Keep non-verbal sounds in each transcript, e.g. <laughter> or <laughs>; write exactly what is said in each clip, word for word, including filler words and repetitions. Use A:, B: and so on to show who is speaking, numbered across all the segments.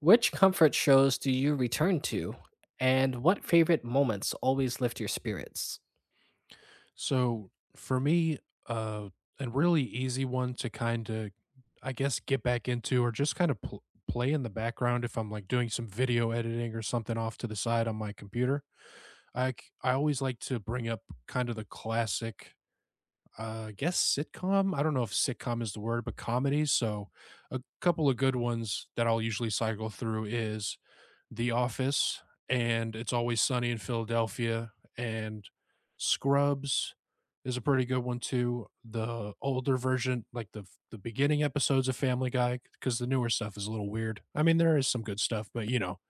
A: Which comfort shows do you return to? And what favorite moments always lift your spirits?
B: So for me, uh, a really easy one to kind of, I guess, get back into or just kind of pl- play in the background if I'm like doing some video editing or something off to the side on my computer. I c- I always like to bring up kind of the classic, uh, I guess, sitcom. I don't know if sitcom is the word, but comedies. So a couple of good ones that I'll usually cycle through is the Office, and It's Always Sunny in Philadelphia, and Scrubs is a pretty good one too. The older version, like the f- the beginning episodes of Family Guy, because the newer stuff is a little weird. I mean, there is some good stuff, but you know,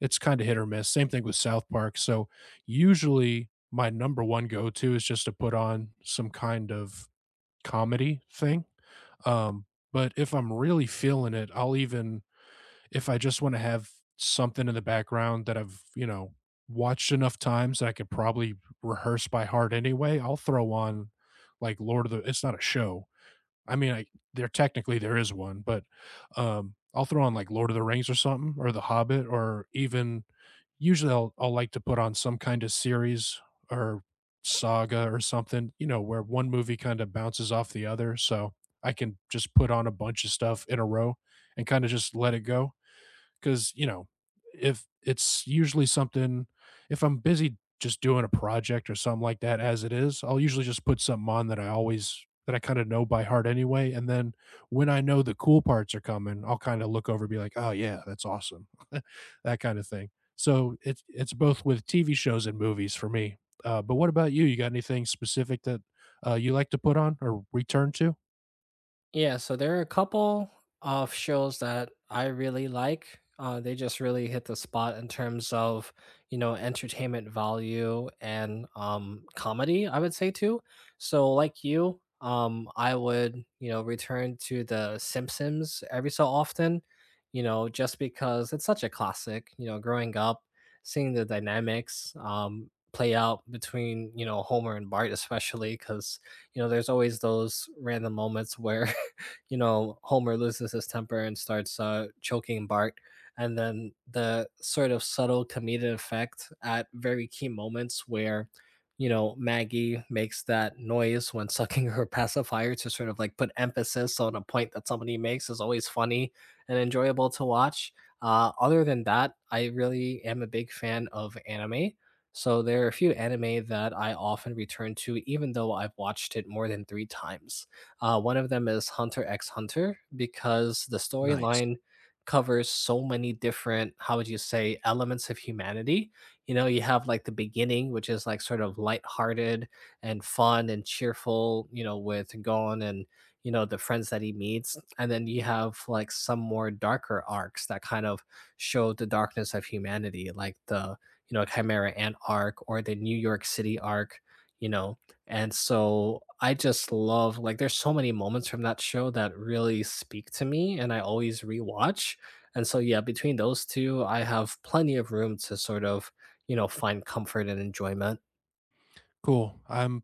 B: it's kind of hit or miss. Same thing with South Park. So usually my number one go to is just to put on some kind of comedy thing. Um, but if I'm really feeling it, I'll even if I just want to have something in the background that I've, you know, watched enough times that I could probably rehearse by heart anyway, I'll throw on like Lord of the it's not a show. I mean, I there technically there is one, but um I'll throw on like Lord of the Rings or something or The Hobbit or even usually I'll I'll like to put on some kind of series or saga or something, you know, where one movie kind of bounces off the other, so I can just put on a bunch of stuff in a row and kind of just let it go because you know if it's usually something if I'm busy just doing a project or something like that as it is, I'll usually just put something on that I always that I kind of know by heart anyway. And then when I know the cool parts are coming, I'll kind of look over and be like, oh yeah, that's awesome. <laughs> That kind of thing. So it's it's both with TV shows and movies for me. Uh, but what about you? You got anything specific that uh, you like to put on or return to?
A: Yeah, so there are a couple of shows that I really like. Uh, they just really hit the spot in terms of, you know, entertainment value and um, comedy, I would say too. So, like you, um, I would, you know, return to The Simpsons every so often, you know, just because it's such a classic, you know, growing up, seeing the dynamics um, play out between, you know, Homer and Bart, especially because you know there's always those random moments where <laughs> you know, Homer loses his temper and starts uh, choking Bart. And then the sort of subtle comedic effect at very key moments where, you know, Maggie makes that noise when sucking <laughs> her pacifier to sort of like put emphasis on a point that somebody makes is always funny and enjoyable to watch. Uh, other than that, I really am a big fan of anime. So there are a few anime that I often return to, even though I've watched it more than three times. Uh, one of them is Hunter x Hunter because the
B: Nice.
A: storyline covers so many different, how would you say, elements of humanity. You know, you have like the beginning, which is like sort of lighthearted and fun and cheerful, you know, with Gon and, you know, the friends that he meets. And then you have like some more darker arcs that kind of show the darkness of humanity, like the, you know, Chimera Ant arc or the New York City arc, you know. And so I just love like there's so many moments from that show that really speak to me and I always rewatch. And so yeah, between those two, I have plenty of room to sort of, you know, find comfort and enjoyment.
B: Cool. I'm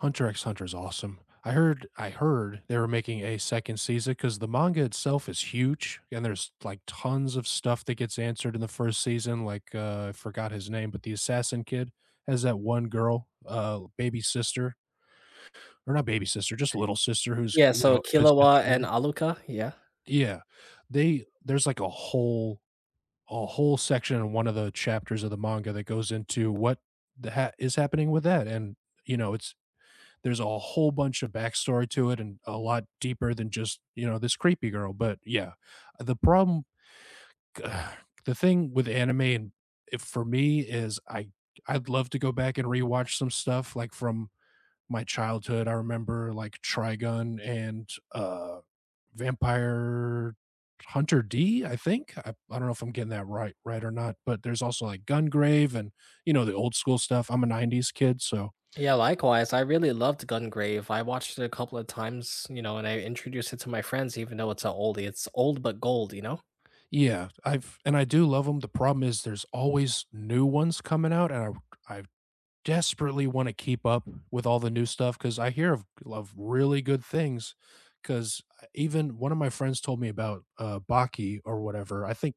B: Hunter X Hunter is awesome. I heard I heard they were making a second season because the manga itself is huge and there's like tons of stuff that gets answered in the first season. Like uh, I forgot his name, but the assassin kid has that one girl, uh, baby sister or not baby sister, just little sister who's,
A: Yeah,
B: you
A: so
B: know, possessed
A: Killua
B: or
A: and
B: whatever.
A: Aluka. Yeah.
B: Yeah, they there's like a whole a whole section in one of the chapters of the manga that goes into what the ha- is happening with that, and you know it's there's a whole bunch of backstory to it and a lot deeper than just, you know, this creepy girl. But yeah, the problem uh, <sighs> the thing with anime and if for me is I I'd love to go back and rewatch some stuff like from my childhood. I remember like Trigun and uh Vampire Hunter D, I think, I, I don't know if I'm getting that right right or not, but there's also like Gungrave and, you know, the old school stuff. I'm a nineties kid, so
A: Yeah, likewise. I really loved Gungrave. I watched it a couple of times, you know, and I introduced it to my friends even though it's an oldie. It's old but gold, you know?
B: yeah, I've and I do love them. The problem is there's always new ones coming out, and I I desperately wanna keep up with all the new stuff because I hear of of really good things. Because even one of my friends told me about, uh, Baki or whatever, I think,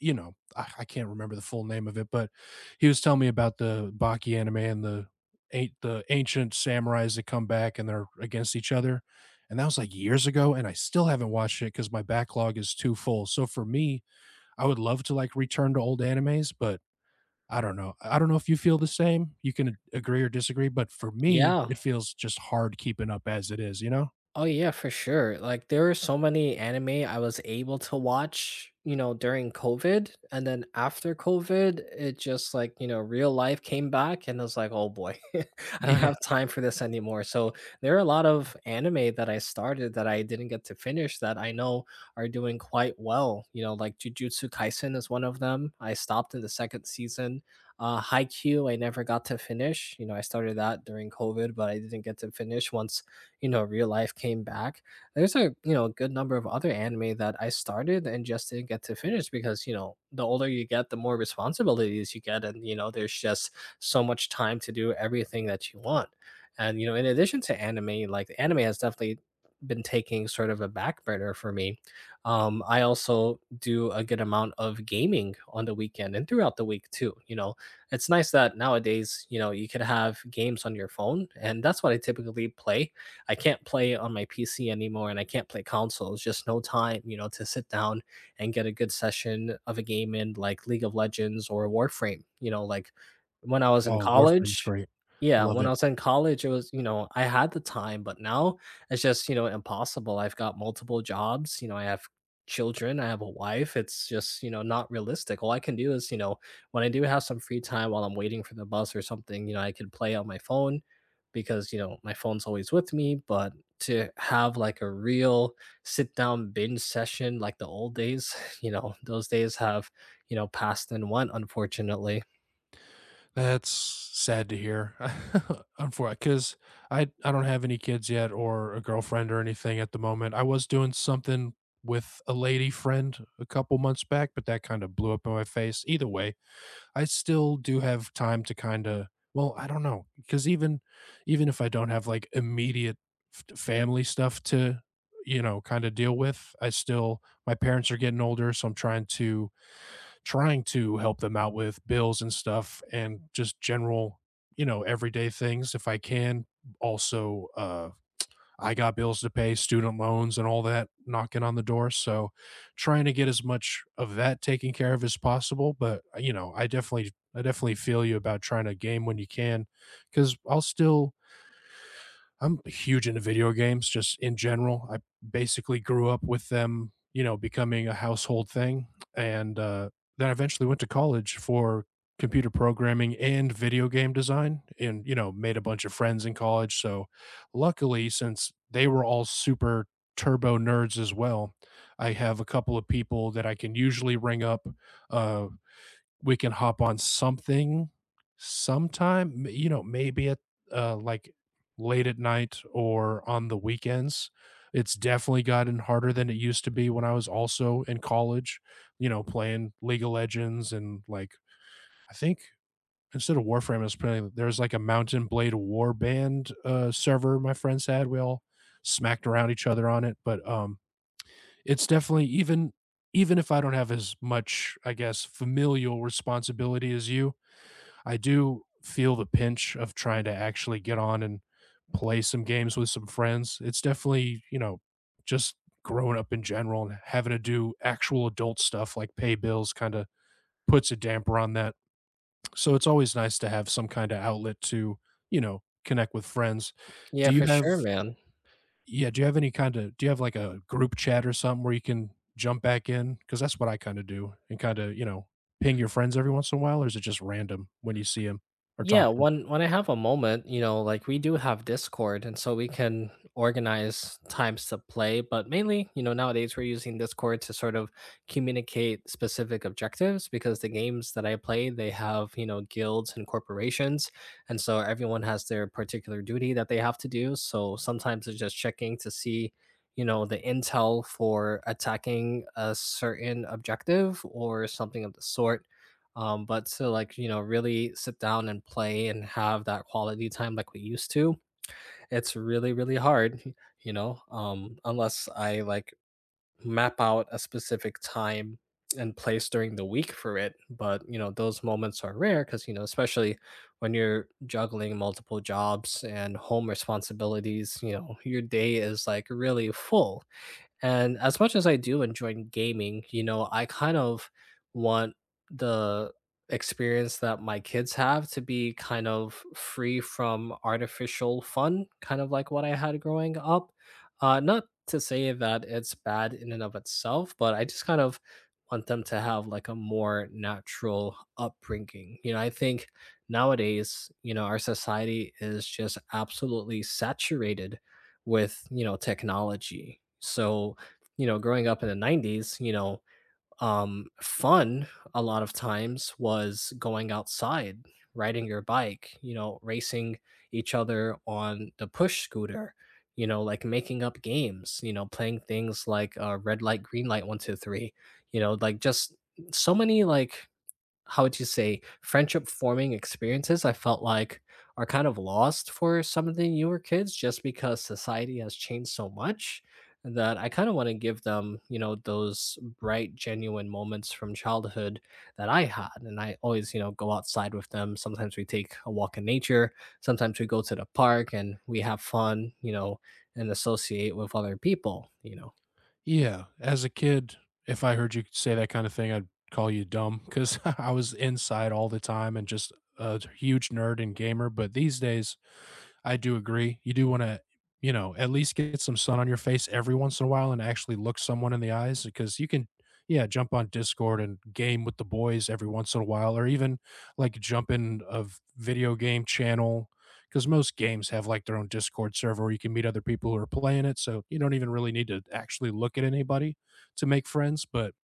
B: you know, I I can't remember the full name of it, but he was telling me about the Baki anime and the an the ancient samurais that come back and they're against each other, and that was, like, years ago, and I still haven't watched it because my backlog is too full. So for me, I would love to like return to old animes, but I don't know. I don't know if you feel the same. You can agree or disagree, but for me,
A: Yeah.
B: it feels just hard keeping up as it is, you know?
A: Oh yeah, for sure. Like there were so many anime I was able to watch, you know, during COVID and then after COVID, it just like, you know, real life came back and I was like, "Oh boy. <laughs> I don't
B: Yeah.
A: have time for this anymore." So, there are a lot of anime that I started that I didn't get to finish that I know are doing quite well. You know, like Jujutsu Kaisen is one of them. I stopped in the second season. Uh Haikyuu I never got to finish. You know, I started that during COVID, but I didn't get to finish once you know real life came back. There's a, you know, good number of other anime that I started and just didn't get to finish because, you know, the older you get the more responsibilities you get, and you know there's just so much time to do everything that you want. And you know, in addition to anime, like anime has definitely been taking sort of a back burner for me. um I also do a good amount of gaming on the weekend and throughout the week too, you know. It's nice that nowadays, you know, you could have games on your phone and that's what I typically play. I can't play on my P C anymore and I can't play consoles. Just no time, you know, to sit down and get a good session of a game in like League of Legends or Warframe. You know, like when I was in
B: Oh, Warframe's
A: college,
B: great. I
A: yeah,
B: love
A: when I
B: it.
A: was in college, it was, you know, I had the time, but now it's just, you know, impossible. I've got multiple jobs, you know, I have children, I have a wife. It's just, you know, not realistic. All I can do is, you know, when I do have some free time while I'm waiting for the bus or something, you know, I can play on my phone because you know my phone's always with me. But to have like a real sit down binge session like the old days, <laughs> you know those days have, you know, passed and went, unfortunately.
B: That's sad to hear. <laughs> Unfortunately, because I I don't have any kids yet or a girlfriend or anything at the moment. I was doing something with a lady friend a couple months back, but that kind of blew up in my face. Either way, I still do have time to kinda well, I don't know, because even even if I don't have, like, immediate f family stuff to, you know, kinda deal with, I still my parents are getting older, so I'm trying to trying to help them out with bills and stuff and just general, you know, everyday things if I can. Also, uh I got bills to pay, student loans, and all that knocking on the door. So, trying to get as much of that taken care of as possible. But you know, I definitely, I definitely feel you about trying to game when you can, because I'll still I'm huge into video games just in general. I basically grew up with them, you know, becoming a household thing. And uh, then I eventually went to college for computer programming and video game design and, you know, made a bunch of friends in college. So luckily, since they were all super turbo nerds as well, I have a couple of people that I can usually ring up uh, we can hop on something sometime, you know, maybe at uh like late at night or on the weekends. It's definitely gotten harder than it used to be when I was also in college, you know, playing League of Legends and like I think instead of Warframe I was playing there's like a mountain blade Warband uh server my friends had. We all smacked around each other on it. But um it's definitely even even if I don't have as much, I guess, familial responsibility as you, I do feel the pinch of trying to actually get on and play some games with some friends. It's definitely, you know, just growing up in general and having to do actual adult stuff like pay bills kind of puts a damper on that. So it's always nice to have some kind of outlet to, you know, connect with friends.
A: Yeah,
B: Do you
A: for
B: have
A: sure, man.
B: yeah, do you have any kind of do you have like a group chat or something where you can jump back in? Because that's what I kind of do and kind of, you know, ping your friends every once in a while, or is it just random when you see them or
A: Yeah,
B: talk to 'em?
A: when when I have a moment, you know, like we do have Discord, and so we can organize times to play. But mainly, you know, nowadays we're using Discord to sort of communicate specific objectives because the games that I play, they have you know guilds and corporations, and so everyone has their particular duty that they have to do. So sometimes it's just checking to see, you know, the intel for attacking a certain objective or something of the sort. Um but to like, you know, really sit down and play and have that quality time like we used to, it's really really hard. <laughs> You know, um unless I like map out a specific time and place during the week for it. But you know those moments are rare because you know, especially when you're juggling multiple jobs and home responsibilities, you know your day is like really full. And as much as I do enjoy gaming, you know, I kind of want the experience that my kids have to be kind of free from artificial fun, kind of like what I had growing up. Uh, not to say that it's bad in and of itself, but I just kind of want them to have like a more natural upbringing. You know, I think nowadays, you know, our society is just absolutely saturated with, you know, technology. So, you know, growing up in the nineties, you know, um, fun a lot of times was going outside, riding your bike, you know, racing each other on the push scooter, you know, like making up games, you know, playing things like uh, red light, green light, one, two, three, you know, like just so many like how would you say friendship forming experiences I felt like are kind of lost for some of the newer kids just because society has changed so much that I kind of want to give them, you know, those bright, genuine moments from childhood that I had. And I always, you know, go outside with them. Sometimes we take a walk in nature. Sometimes we go to the park and we have fun, you know, and associate with other people, you know.
B: Yeah, as a kid, if I heard you say that kind of thing, I'd call you dumb because <laughs> I was inside all the time and just a huge nerd and gamer. But these days, I do agree. You do want to, you know, at least get some sun on your face every once in a while and actually look someone in the eyes because you can, yeah, jump on Discord and game with the boys every once in a while, or even like jump in a video game channel because most games have like their own Discord server where you can meet other people who are playing it. So you don't even really need to actually look at anybody to make friends. But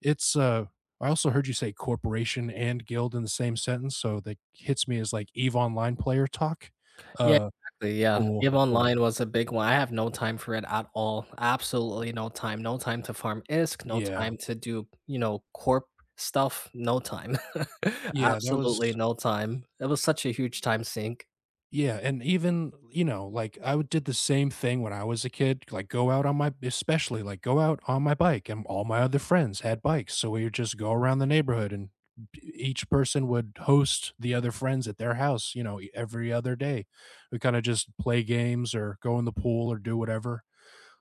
B: it's, uh, I also heard you say corporation and guild in the same sentence. So that hits me as like EVE Online player talk.
A: Yeah,
B: Uh,
A: exactly, yeah.
B: Cool,
A: Game
B: cool.
A: Online was a big one. I have no time for it at all. Absolutely no time. No time to farm I S K, no
B: Yeah.
A: time to do, you know, corp stuff, no time. <laughs>
B: Yeah, that
A: Absolutely
B: was
A: no time. It was such a huge time sink.
B: yeah, and even, you know, like, I would did the same thing when I was a kid, like, go out on my especially, like, go out on my bike, and all my other friends had bikes, so we would just go around the neighborhood, and b each person would host the other friends at their house, you know, e every other day. We kinda just play games or go in the pool or do whatever,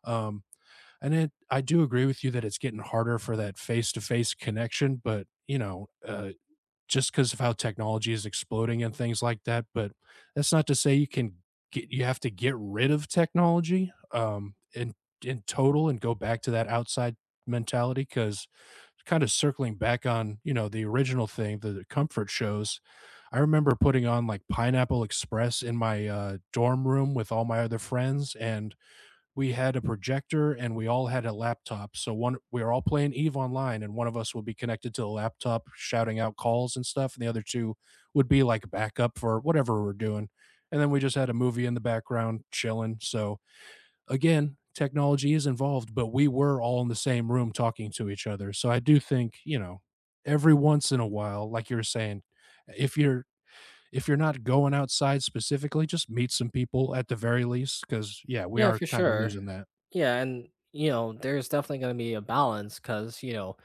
B: um, and it I do agree with you that it's getting harder for that face-to-face connection, but, you know, uh just because of how technology is exploding and things like that. But that's not to say you can get you have to get rid of technology um, in in total and go back to that outside mentality, because kind of circling back on, you know, the original thing, the the comfort shows, I remember putting on like Pineapple Express in my uh, dorm room with all my other friends, and we had a projector and we all had a laptop. So one we were all playing EVE Online and one of us would be connected to the laptop shouting out calls and stuff, and the other two would be like backup for whatever we're doing. And then we just had a movie in the background chilling. So again, technology is involved, but we were all in the same room talking to each other. So I do think, you know, every once in a while like you're saying, if you're if you're not going outside specifically, just meet some people at the very least, cuz yeah, we
A: Yeah,
B: are
A: for
B: kind of
A: sure.
B: losing that.
A: Yeah, and, you know, there's definitely gonna be a balance because you know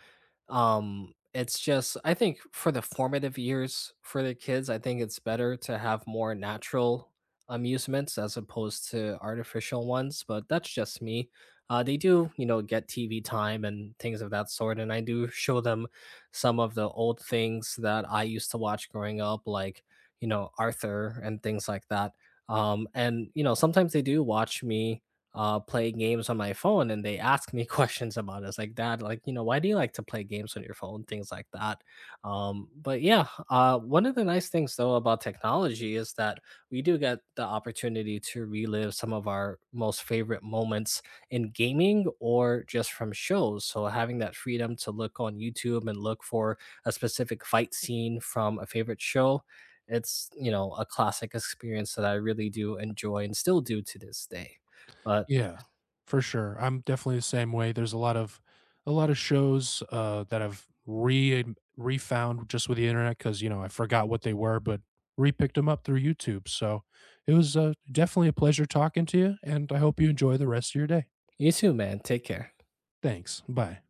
A: Um, it's just I think for the formative years for the kids, I think it's better to have more natural amusements as opposed to artificial ones, but that's just me. Uh, they do, you know, get T V time and things of that sort, and I do show them some of the old things that I used to watch growing up, like you know Arthur and things like that. Um, and you know sometimes they do watch me uh play games on my phone and they ask me <laughs> questions about it. It's like, Dad, like, you know, why do you like to play games on your phone? Things like that. Um, but yeah, uh one of the nice things though about technology is that we do get the opportunity to relive some of our most favorite moments in gaming or just from shows. So having that freedom to look on YouTube and look for a specific fight scene from a favorite show. It's, you know, a classic experience that I really do enjoy and still do to this day. But
B: Yeah, for sure. I'm definitely the same way. There's a lot of a lot of shows uh, that I've re um, refound just with the internet because, you know, I forgot what they were, but repicked them up through YouTube. So it was, uh, definitely a pleasure talking to you, and I hope you enjoy the rest of your day.
A: you too, man. Take care.
B: Thanks. Bye.